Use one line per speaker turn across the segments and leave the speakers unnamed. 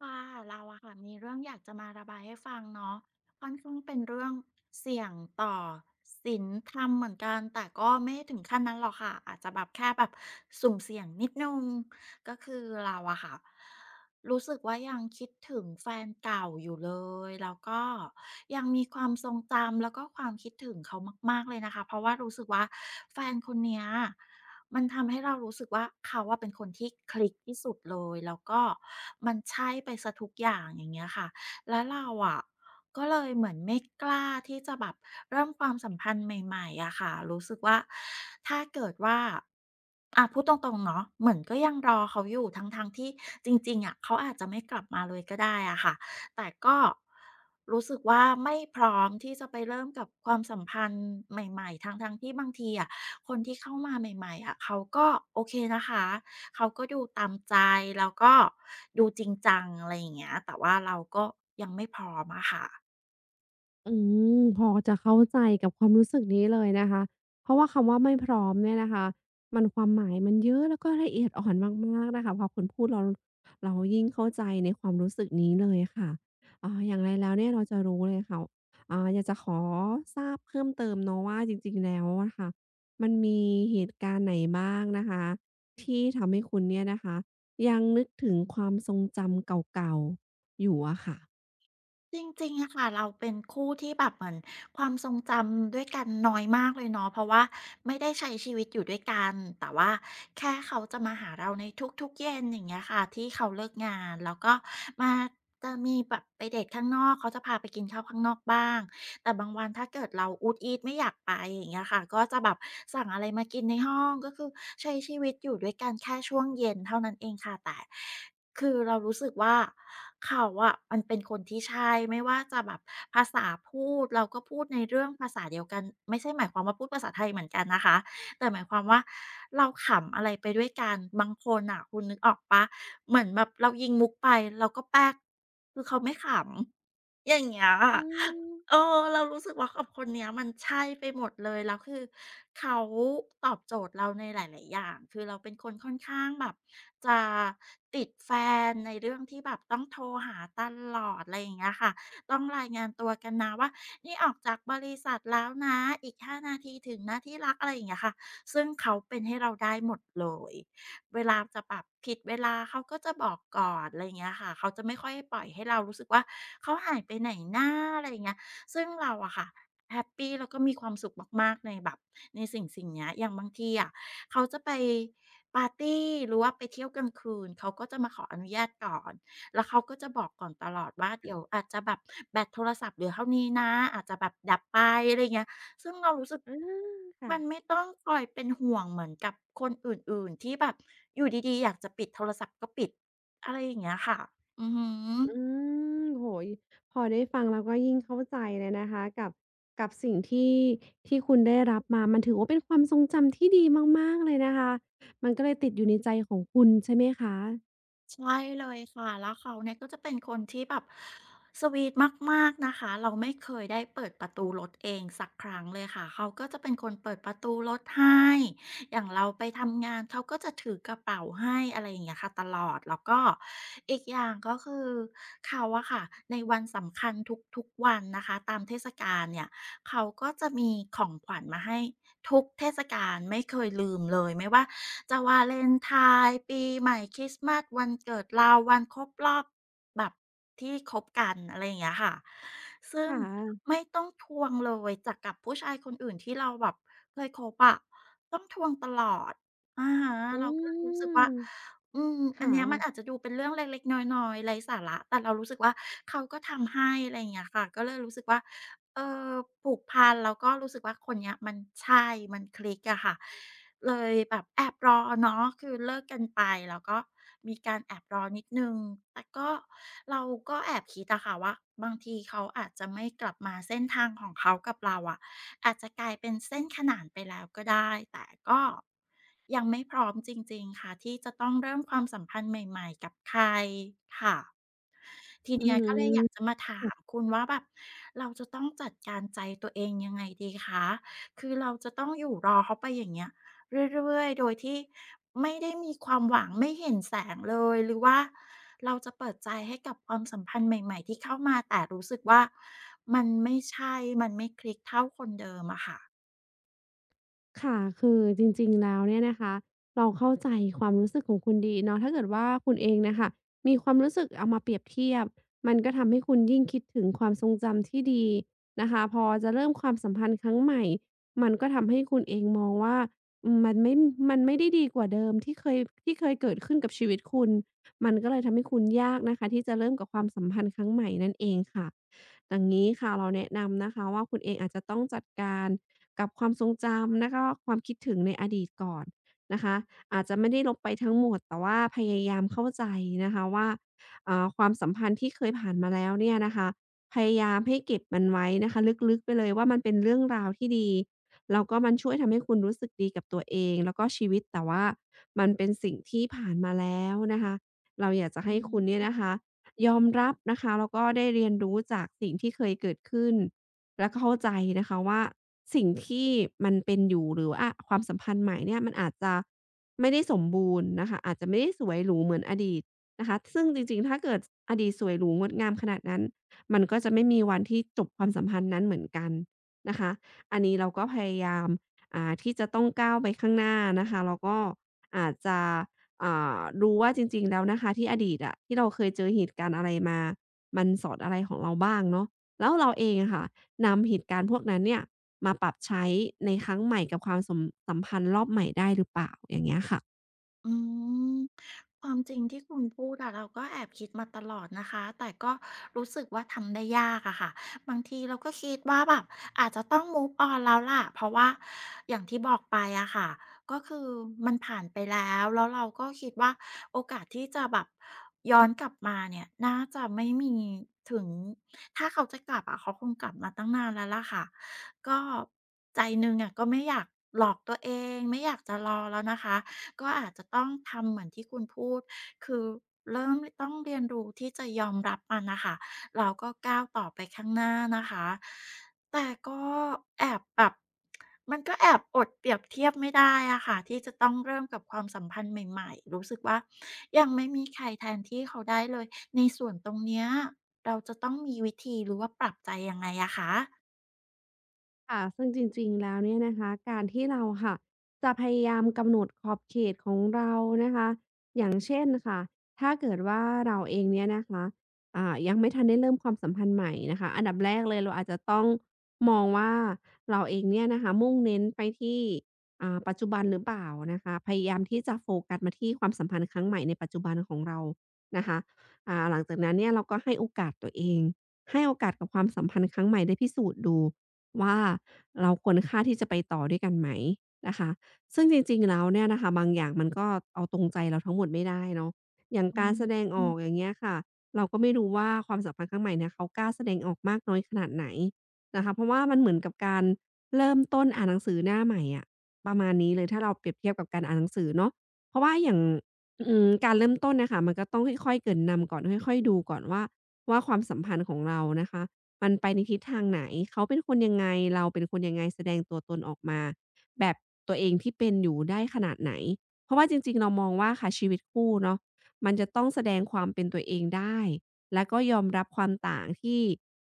ค่ะเราอะค่ะมีเรื่องอยากจะมาระบายให้ฟังเนาะค่อนข้างเป็นเรื่องเสี่ยงต่อศีลธรรมเหมือนกันแต่ก็ไม่ถึงขั้นนั้นหรอกค่ะอาจจะแบบแค่แบบสุ่มเสี่ยงนิดนึงก็คือเราอะค่ะรู้สึกว่ายังคิดถึงแฟนเก่าอยู่เลยแล้วก็ยังมีความทรงจำแล้วก็ความคิดถึงเขามากๆเลยนะคะเพราะว่ารู้สึกว่าแฟนคนเนี้ย มันทำให้เรารู้สึกว่าเขาว่าเป็นคนที่คลิกที่สุดเลยแล้วก็มันใช่ไปเสียทุกอย่างอย่างเงี้ยค่ะแล้วเราอะก็เลยเหมือนไม่กล้าที่จะแบบเริ่มความสัมพันธ์ใหม่ๆอะค่ะรู้สึกว่าถ้าเกิดว่า อ่ะพูดตรงๆเนาะเหมือนก็ยังรอเขาอยู่ทั้งๆที่จริงๆอะเขาอาจจะไม่กลับมาเลยก็ได้อะค่ะแต่ก็รู้สึกว่าไม่พร้อมที่จะไปเริ่มกับความสัมพันธ์ใหม่ๆทั้งๆที่บางทีอะคนที่เข้ามาใหม่ๆอะเขาก็โอเคนะคะเขาก็ดูตามใจแล้วก็ดูจริงจังอะไรอย่างเงี้ยแต่ว่าเราก็ยังไม่พร้อมอะค่ะ
อืพอจะเข้าใจกับความรู้สึกนี้เลยนะคะเพราะว่าคำว่าไม่พร้อมเนี่ยนะคะมันความหมายมันเยอะแล้วก็ละเอียดอ่อนมากๆนะคะพอคุณพูดเรายิ่งเข้าใจในความรู้สึกนี้เลยค่ะอย่างไรแล้วเนี่ยเราจะรู้เลยค่ะอยากจะขอทราบเพิ่มเติมเนาะว่าจริงๆแล้วอะค่ะมันมีเหตุการณ์ไหนบ้างนะคะที่ทำให้คุณเนี่ยนะคะยังนึกถึงความทรงจำเก่าๆอยู่อะค่ะ
จริงๆอะค่ะเราเป็นคู่ที่แบบเหมือนความทรงจำด้วยกันน้อยมากเลยเนาะเพราะว่าไม่ได้ใช้ชีวิตอยู่ด้วยกันแต่ว่าแค่เขาจะมาหาเราในทุกๆเย็นอย่างเงี้ยค่ะที่เขาเลิกงานแล้วก็มาจะมีแบบไปเดทข้างนอกเขาจะพาไปกินข้าวข้างนอกบ้างแต่บางวันถ้าเกิดเราอูดอีดไม่อยากไปอย่างเงี้ยค่ะก็จะแบบสั่งอะไรมากินในห้องก็คือใช้ชีวิตอยู่ด้วยกันแค่ช่วงเย็นเท่านั้นเองค่ะแต่ คือเรารู้สึกว่าเขาอะมันเป็นคนที่ใช่ไม่ว่าจะแบบภาษาพูดเราก็พูดในเรื่องภาษาเดียวกันไม่ใช่หมายความว่าพูดภาษาไทยเหมือนกันนะคะแต่หมายความว่าเราขำอะไรไปด้วยกันบางคนน่ะคุณนึกออกเปล่าเหมือนแบบเรายิงมุกไปเราก็แป๊กคือเขาไม่ขำ อย่างเงี้ยอะ
อืม
เออเรารู้สึกว่ากับคนเนี้ยมันใช่ไปหมดเลยแล้วคือเขาตอบโจทย์เราในหลายๆอย่างคือเราเป็นคนค่อนข้างแบบจะติดแฟนในเรื่องที่แบบต้องโทรหาตลอดอะไรอย่างเงี้ยค่ะต้องรายงานตัวกันนะว่านี่ออกจากบริษัทแล้วนะอีก5นาทีถึงนะที่รักอะไรอย่างเงี้ยค่ะซึ่งเขาเป็นให้เราได้หมดเลย เวลาจะแบบผิดเวลาเขาก็จะบอกก่อนอะไร่าเงี้ยค่ะเขาจะไม่ค่อยปล่อยให้เรารู้สึกว่าเขาหายไปไหนหนาอะไรเงี้ยซึ่งเราอะค่ะแฮปปีแล้วก็มีความสุขมากๆในแบบในสิ่งสิ่งเนี้ยอย่างบางทีอะเขาจะไปปาร์ตีหรือว่าไปเที่ยวกลางคืนเขาก็จะมาขออนุญาตก่อนแล้วเขาก็จะบอกก่อนตลอดว่าเดี๋ยวอาจจะแบบแบตโทรศัพท์เหลือเท่านี้นะอาจจะแบบดับไปอะไรเงี้ย ซึ่งเรารู้สึกมัน
ค่ะ
ไม่ต้องคอยเป็นห่วงเหมือนกับคนอื่นๆที่แบบอยู่ดีๆอยากจะปิดโทรศัพท์ก็ปิดอะไรอย่างเงี้ยค่ะอือฮึ
อืมโอ้โฮพอได้ฟังแล้วก็ยิ่งเข้าใจเลยนะคะกับสิ่งที่คุณได้รับมามันถือว่าเป็นความทรงจำที่ดีมากๆเลยนะคะมันก็เลยติดอยู่ในใจของคุณใช่ไหมคะ
ใช่เลยค่ะแล้วเขาเนี่ยก็จะเป็นคนที่แบบสวีทมากๆนะคะเราไม่เคยได้เปิดประตูรถเองสักครั้งเลยค่ะเขาก็จะเป็นคนเปิดประตูรถให้อย่างเราไปทำงานเขาก็จะถือกระเป๋าให้อะไรอย่างเงี้ยค่ะตลอดแล้วก็อีกอย่างก็คือเขาอะค่ะในวันสำคัญทุกๆวันนะคะตามเทศกาลเนี่ยเขาก็จะมีของขวัญมาให้ ทุกเทศกาลไม่เคยลืมเลยไม่ว่าจะวาเลนไทน์ปีใหม่คริสต์มาสวันเกิดเราวันครบรอบแบบที่คบกันอะไรอย่างเงี้ยค่ะซึ่
ค
ง
่ะ
ไม่ต้องทวงเลยจากกับผู้ชายคนอื่นที่เราแบบเคยคบอะต้องทวงตลอดอะฮะ
อื
เราก็เลยรู้
ม
สึกว่าอืมอัน
ค่ะ
เนี้ยมันอาจจะดูเป็นเรื่องเล็กๆน้อยๆไร้สาระแต่เรารู้สึกว่าเขาก็ทำให้อะไรอย่างเงี้ยค่ะก็เลยรู้สึกว่า เอ่อผูกพันแล้วก็รู้สึกว่าคนเนี้ยมันใช่มันคลิกอะค่ะเลยแบบแอบรอเนาะคือเลิกกันไปแล้วก็มีการแอบรอนิดหนึ่งแต่ก็เราก็แอบคิดอะค่ะว่าบางทีเขาอาจจะไม่กลับมาเส้นทางของเขากับเราอะอาจจะกลายเป็นเส้นขนานไปแล้วก็ได้แต่ก็ยังไม่พร้อมจริงๆค่ะที่จะต้องเริ่มความสัมพันธ์ใหม่ๆกับใครค่ะ ที
อื
เนี้
อ
ย
ฮึ
ก็เลยอยากจะมาถามคุณว่าแบบเราจะต้องจัดการใจตัวเองยังไงดีคะคือเราจะต้องอยู่รอเขาไปอย่างเงี้ยเรื่อยๆโดยที่ไม่ได้มีความหวังไม่เห็นแสงเลยหรือว่าเราจะเปิดใจให้กับความสัมพันธ์ใหม่ๆที่เข้ามาแต่รู้สึกว่ามันไม่ใช่มันไม่คลิกเท่าคนเดิมอะค่ะ
ค่ะ คือจริงๆ แล้วเนี่ยนะคะ เราเข้าใจความรู้สึกของคุณดีเนาะถ้าเกิดว่าคุณเองน่ะค่ะมีความรู้สึกเอามาเปรียบเทียบ มันก็ทำให้คุณยิ่งคิดถึงความทรงจำที่ดีนะคะพอจะเริ่มความสัมพันธ์ครั้งใหม่มันก็ทำให้คุณเองมองว่าอืมมันไม่มันไม่ได้ดีกว่าเดิมที่เคยเกิดขึ้นกับชีวิตคุณ มันก็เลยทำให้คุณยากนะคะที่จะเริ่มกับความสัมพันธ์ครั้งใหม่นั่นเองค่ะอย่างงี้ค่ะเราแนะนำนะคะว่าคุณเองอาจจะต้องจัดการ กับความทรงจำแล้วก็ความคิดถึงในอดีตก่อนนะคะอาจจะไม่ได้ลบไปทั้งหมดแต่ว่าพยายามเข้าใจนะคะว่าความสัมพันธ์ที่เคยผ่านมาแล้วเนี่ยนะคะพยายามให้เก็บมันไว้นะคะลึกๆไปเลยว่ามันเป็นเรื่องราวที่ดีแล้วก็มันช่วยทำให้คุณรู้สึกดีกับตัวเองแล้วก็ชีวิตแต่ว่ามันเป็นสิ่งที่ผ่านมาแล้วนะคะเราอยากจะ
อื
ให้คุณ
ม
เนี่ยนะคะยอมรับนะคะแล้วก็ได้เรียนรู้จากสิ่งที่เคยเกิดขึ้น แล้วก็เข้าใจนะคะว่าสิ่งที่มันเป็นอยู่หรือว่าความสัมพันธ์ใหม่เนี่ยมันอาจจะไม่ได้สมบูรณ์นะคะอาจจะไม่ได้สวยหรูเหมือนอดีตนะคะซึ่งจริงๆ ถ้าเกิดอดีตสวยหรูงดงามขนาดนั้นมันก็จะไม่มีวันที่จบความสัมพันธ์นั้นเหมือนกันนะคะอันนี้เราก็พยายามที่จะต้องก้าวไปข้างหน้านะคะแล้วก็อาจจะอ่ดูว่าจริงๆแล้วนะคะที่อดีตอะที่เราเคยเจอเหตุการณ์อะไรมามันสอนอะไรของเราบ้างเนาะแล้วเราเองอะค่ะ นำเหตุการณ์พวกนั้นเนี่ยมาปรับใช้ในครั้งใหม่กับความสมสัมพันธ์รอบใหม่ได้หรือเปล่าอย่างเงี้ยค่ะ
อืมความจริงที่คุณพูดอะเราก็แอบคิดมาตลอดนะคะแต่ก็รู้สึกว่าทำได้ยากอะค่ะบางทีเราก็คิดว่าแบบอาจจะต้อง move on แล้วล่ะเพราะว่าอย่างที่บอกไปอะค่ะก็คือมันผ่านไปแล้วแล้วเราก็คิดว่าโอกาสที่จะแบบย้อนกลับมาเนี่ยน่าจะไม่มีถึงถ้าเขาจะกลับอะเขาคงกลับมาตั้งนานแล้วล่ะค่ะก็ใจหนึงอะก็ไม่อยากหลอกตัวเองไม่อยากจะรอแล้วนะคะ ก็อาจจะต้องทำเหมือนที่คุณพูด คือเริ่มต้องเรียนรู้ที่จะยอมรับมันนะคะเราก็ก้าวต่อไปข้างหน้านะคะแต่ก็แอบแบบมันก็แอบอดเปรียบเทียบไม่ได้อะค่ะที่จะต้องเริ่มกับความสัมพันธ์ใหม่ๆรู้สึกว่ายังไม่มีใครแทนที่เขาได้เลย ในส่วนตรงเนี้ยเราจะต้องมีวิธีหรือว่าปรับใจยังไงอะคะ
ค่ะซึ่งจริงๆ แล้วเนี่ยนะคะการที่เราค่ะจะพยายามกำหนดขอบเขตของเรานะคะอย่างเช่นค่ะถ้าเกิดว่าเราเองเนี่ยนะคะยังไม่ทันได้เริ่มความสัมพันธ์ใหม่นะคะอันดับแรกเลยเราอาจจะต้องมองว่าเราเองเนี่ยนะคะมุ่งเน้นไปที่ปัจจุบันหรือเปล่านะคะพยายามที่จะโฟกัสมาที่ความสัมพันธ์ครั้งใหม่ในปัจจุบันของเรานะคะหลังจากนั้นเนี่ยเราก็ให้โอกาสตัวเองให้โอกาสกับความสัมพันธ์ครั้งใหม่ได้พิสูจน์ดู ว่าเราควรค่าที่จะไปต่อด้วยกันไหมนะคะซึ่งจริงๆ แล้วเนี่ยนะคะบางอย่างมันก็เอาตรงใจเราทั้งหมดไม่ได้เนาะอย่าง
อื
การแสดงออ
ม
กอย่างเงี้ยค่ะเราก็ไม่รู้ว่าความสัมพันธ์ครั้งใหม่เนี่ยเขากล้าแสดงออกมากน้อยขนาดไหนนะคะเพราะว่ามันเหมือนกับการเริ่มต้นอ่านหนังสือหน้าใหม่อะประมาณนี้เลยถ้าเราเปรียบเทียบกับการอ่านหนังสือเนาะเพราะว่าอย่างการเริ่มต้นน่ะค่ะมันก็ต้องค่อยๆเกริ่นนำก่อนค่อยๆดูก่อนว่าความสัมพันธ์ของเรานะคะ มันไปในทิศทางไหนเขาเป็นคนยังไง เราเป็นคนยังไงแสดงตัวตนออกมาแบบตัวเองที่เป็นอยู่ได้ขนาดไหน เพราะว่าจริงๆ เรามองว่าค่ะชีวิตคู่เนาะมันจะต้องแสดงความเป็นตัวเองได้และก็ยอมรับความต่างที่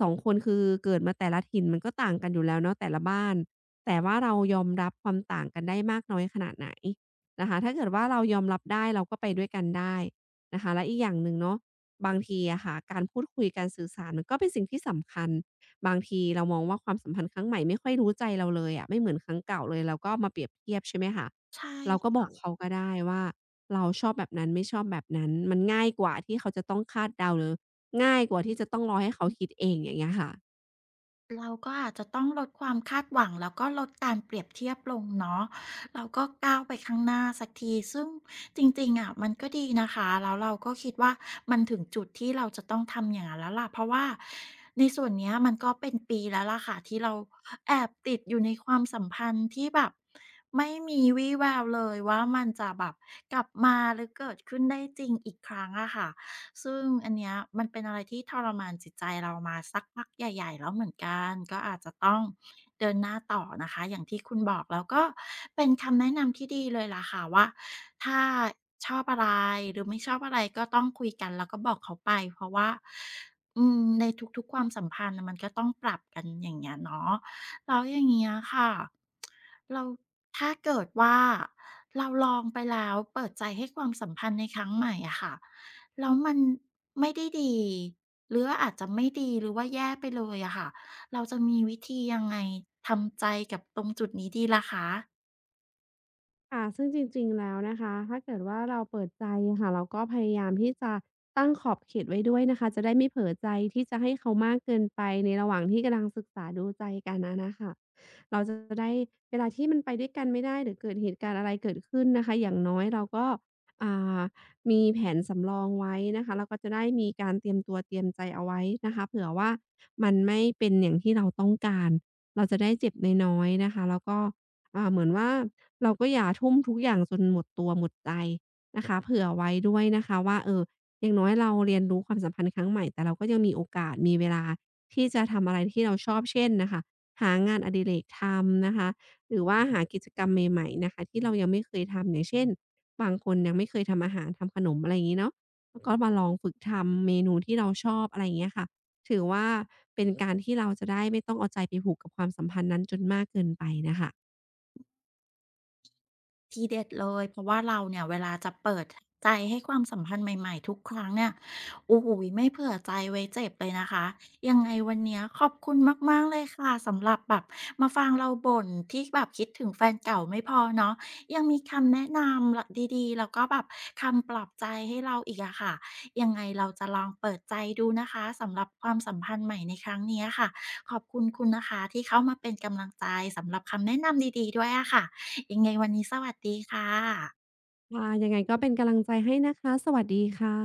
สองคนคือเกิดมาแต่ละถิ่นมันก็ต่างกันอยู่แล้วเนาะแต่ละบ้าน แต่ว่าเรายอมรับความต่างกันได้มากน้อยขนาดไหนนะคะถ้าเกิดว่าเรายอมรับได้เราก็ไปด้วยกันได้นะคะและอีกอย่างหนึ่งเนาะ บางทีอะค่ะการพูดคุยการสื่อสารมันก็เป็นสิ่งที่สำคัญบางทีเรามองว่าความสัมพันธ์ครั้งใหม่ไม่ค่อยรู้ใจเราเลยอะไม่เหมือนครั้งเก่าเลยเราก็มาเปรียบเทียบใช่ไหมคะ
ใช
เราก็
่
บอกเขาก็ได้ว่าเราชอบแบบนั้นไม่ชอบแบบนั้นมันง่ายกว่าที่เขาจะต้องคาดเดาหรือง่ายกว่าที่จะต้องรอให้เขาคิดเองอย่างเงี้ยค่ะ
เราก็อาจจะต้องลดความคาดหวังแล้วก็ลดการเปรียบเทียบลงเนาะเราก็ก้าวไปข้างหน้าสักทีซึ่งจริงๆอะมันก็ดีนะคะแล้วเราก็คิดว่ามันถึงจุดที่เราจะต้องทำอย่างนั้นแล้วล่ะเพราะว่าในส่วนเนี้ยมันก็เป็นปีแล้วล่ะค่ะที่เราแอบติดอยู่ในความสัมพันธ์ที่แบบไม่มีวี่แววเลยว่ามันจะแบบกลับมาหรือเกิดขึ้นได้จริงอีกครั้งอะค่ะ ซึ่งอันเนี้ยมันเป็นอะไรที่ทรมานจิตใจเรามาสักพักใหญ่ๆแล้วเหมือนกันก็อาจจะต้องเดินหน้าต่อนะคะอย่างที่คุณบอกแล้วก็เป็นคำแนะนำที่ดีเลยล่ะค่ะว่าถ้าชอบอะไรหรือไม่ชอบอะไรก็ต้องคุยกันแล้วก็บอกเขาไปเพราะว่าอืมในทุกๆความสัมพันธ์น่ะมันก็ต้องปรับกันอย่างเงี้ยเนาะแล้วอย่างเงี้ยค่ะเราถ้าเกิดว่าเราลองไปแล้วเปิดใจให้ความสัมพันธ์ในครั้งใหม่อะค่ะ แล้วมันไม่ได้ดีหรือว่าอาจจะไม่ดีหรือว่าแย่ไปเลยอะค่ะ เราจะมีวิธียังไงทำใจกับตรงจุดนี้ดีล่ะคะ
ค่ะซึ่งจริงๆแล้วนะคะถ้าเกิดว่าเราเปิดใจะค่ะเราก็พยายามที่จะตั้งขอบเขตไว้ด้วยนะคะจะได้ไม่เผลอใจที่จะให้เขามากเกินไปในระหว่างที่กำลังศึกษาดูใจกันอะนะคะเราจะได้เวลาที่มันไปด้วยกันไม่ได้หรือเกิดเหตุการณ์อะไรเกิดขึ้นนะคะอย่างน้อยเราก็อ่ามีแผนสำรองไว้นะคะเราก็จะได้มีการเตรียมตัวเตรียมใจเอาไว้นะคะเผื่อว่ามันไม่เป็นอย่างที่เราต้องการเราจะได้เจ็บน้อยๆนะคะแล้วก็ เหมือนว่าเราก็อย่าทุ่มทุกอย่างจนหมดตัวหมดใจนะคะเผื่อไว้ด้วยนะคะว่าเอออย่างน้อยเราเรียนรู้ความสัมพันธ์ครั้งใหม่แต่เราก็ยังมีโอกาสมีเวลาที่จะทำอะไรที่เราชอบเช่นน่ะค่ะหางานอดิเรกทำนะคะหรือว่าหากิจกรรมใหม่ๆนะคะที่เรายังไม่เคยทำอย่างเช่นบางคนยังไม่เคยทำอาหารทำขนมอะไรอย่างงี้เนาะแล้วก็มาลองฝึกทำเมนูที่เราชอบอะไรอย่างเงี้ยค่ะถือว่าเป็นการที่เราจะได้ไม่ต้องเอาใจไปผูกกับความสัมพันธ์นั้นจนมากเกินไปน่ะค่ะ
ทีเด็ดเลยเพราะว่าเราเนี่ยเวลาจะเปิดใจให้ความสัมพันธ์ใหม่ๆทุกครั้งเนี่ยโอ้โหไม่เผื่อใจไว้เจ็บเลยนะคะยังไงวันเนี้ยขอบคุณมากๆเลยค่ะสำหรับแบบมาฟังเราบ่นที่แบบคิดถึงแฟนเก่าไม่พอเนาะยังมีคำแนะนำดีๆแล้วก็แบบคำปลอบใจให้เราอีกอะค่ะยังไงเราจะลองเปิดใจดูนะคะสำหรับความสัมพันธ์ใหม่ในครั้งเนี้ยค่ะขอบคุณคุณนะคะที่เข้ามาเป็นกำลังใจสำหรับคำแนะนำดีๆด้วยอะค่ะ ยังไงวันนี้สวัสดีค่ะ
ค่ะยังไงก็เป็นกำลังใจให้นะคะ สวัสดีค่ะ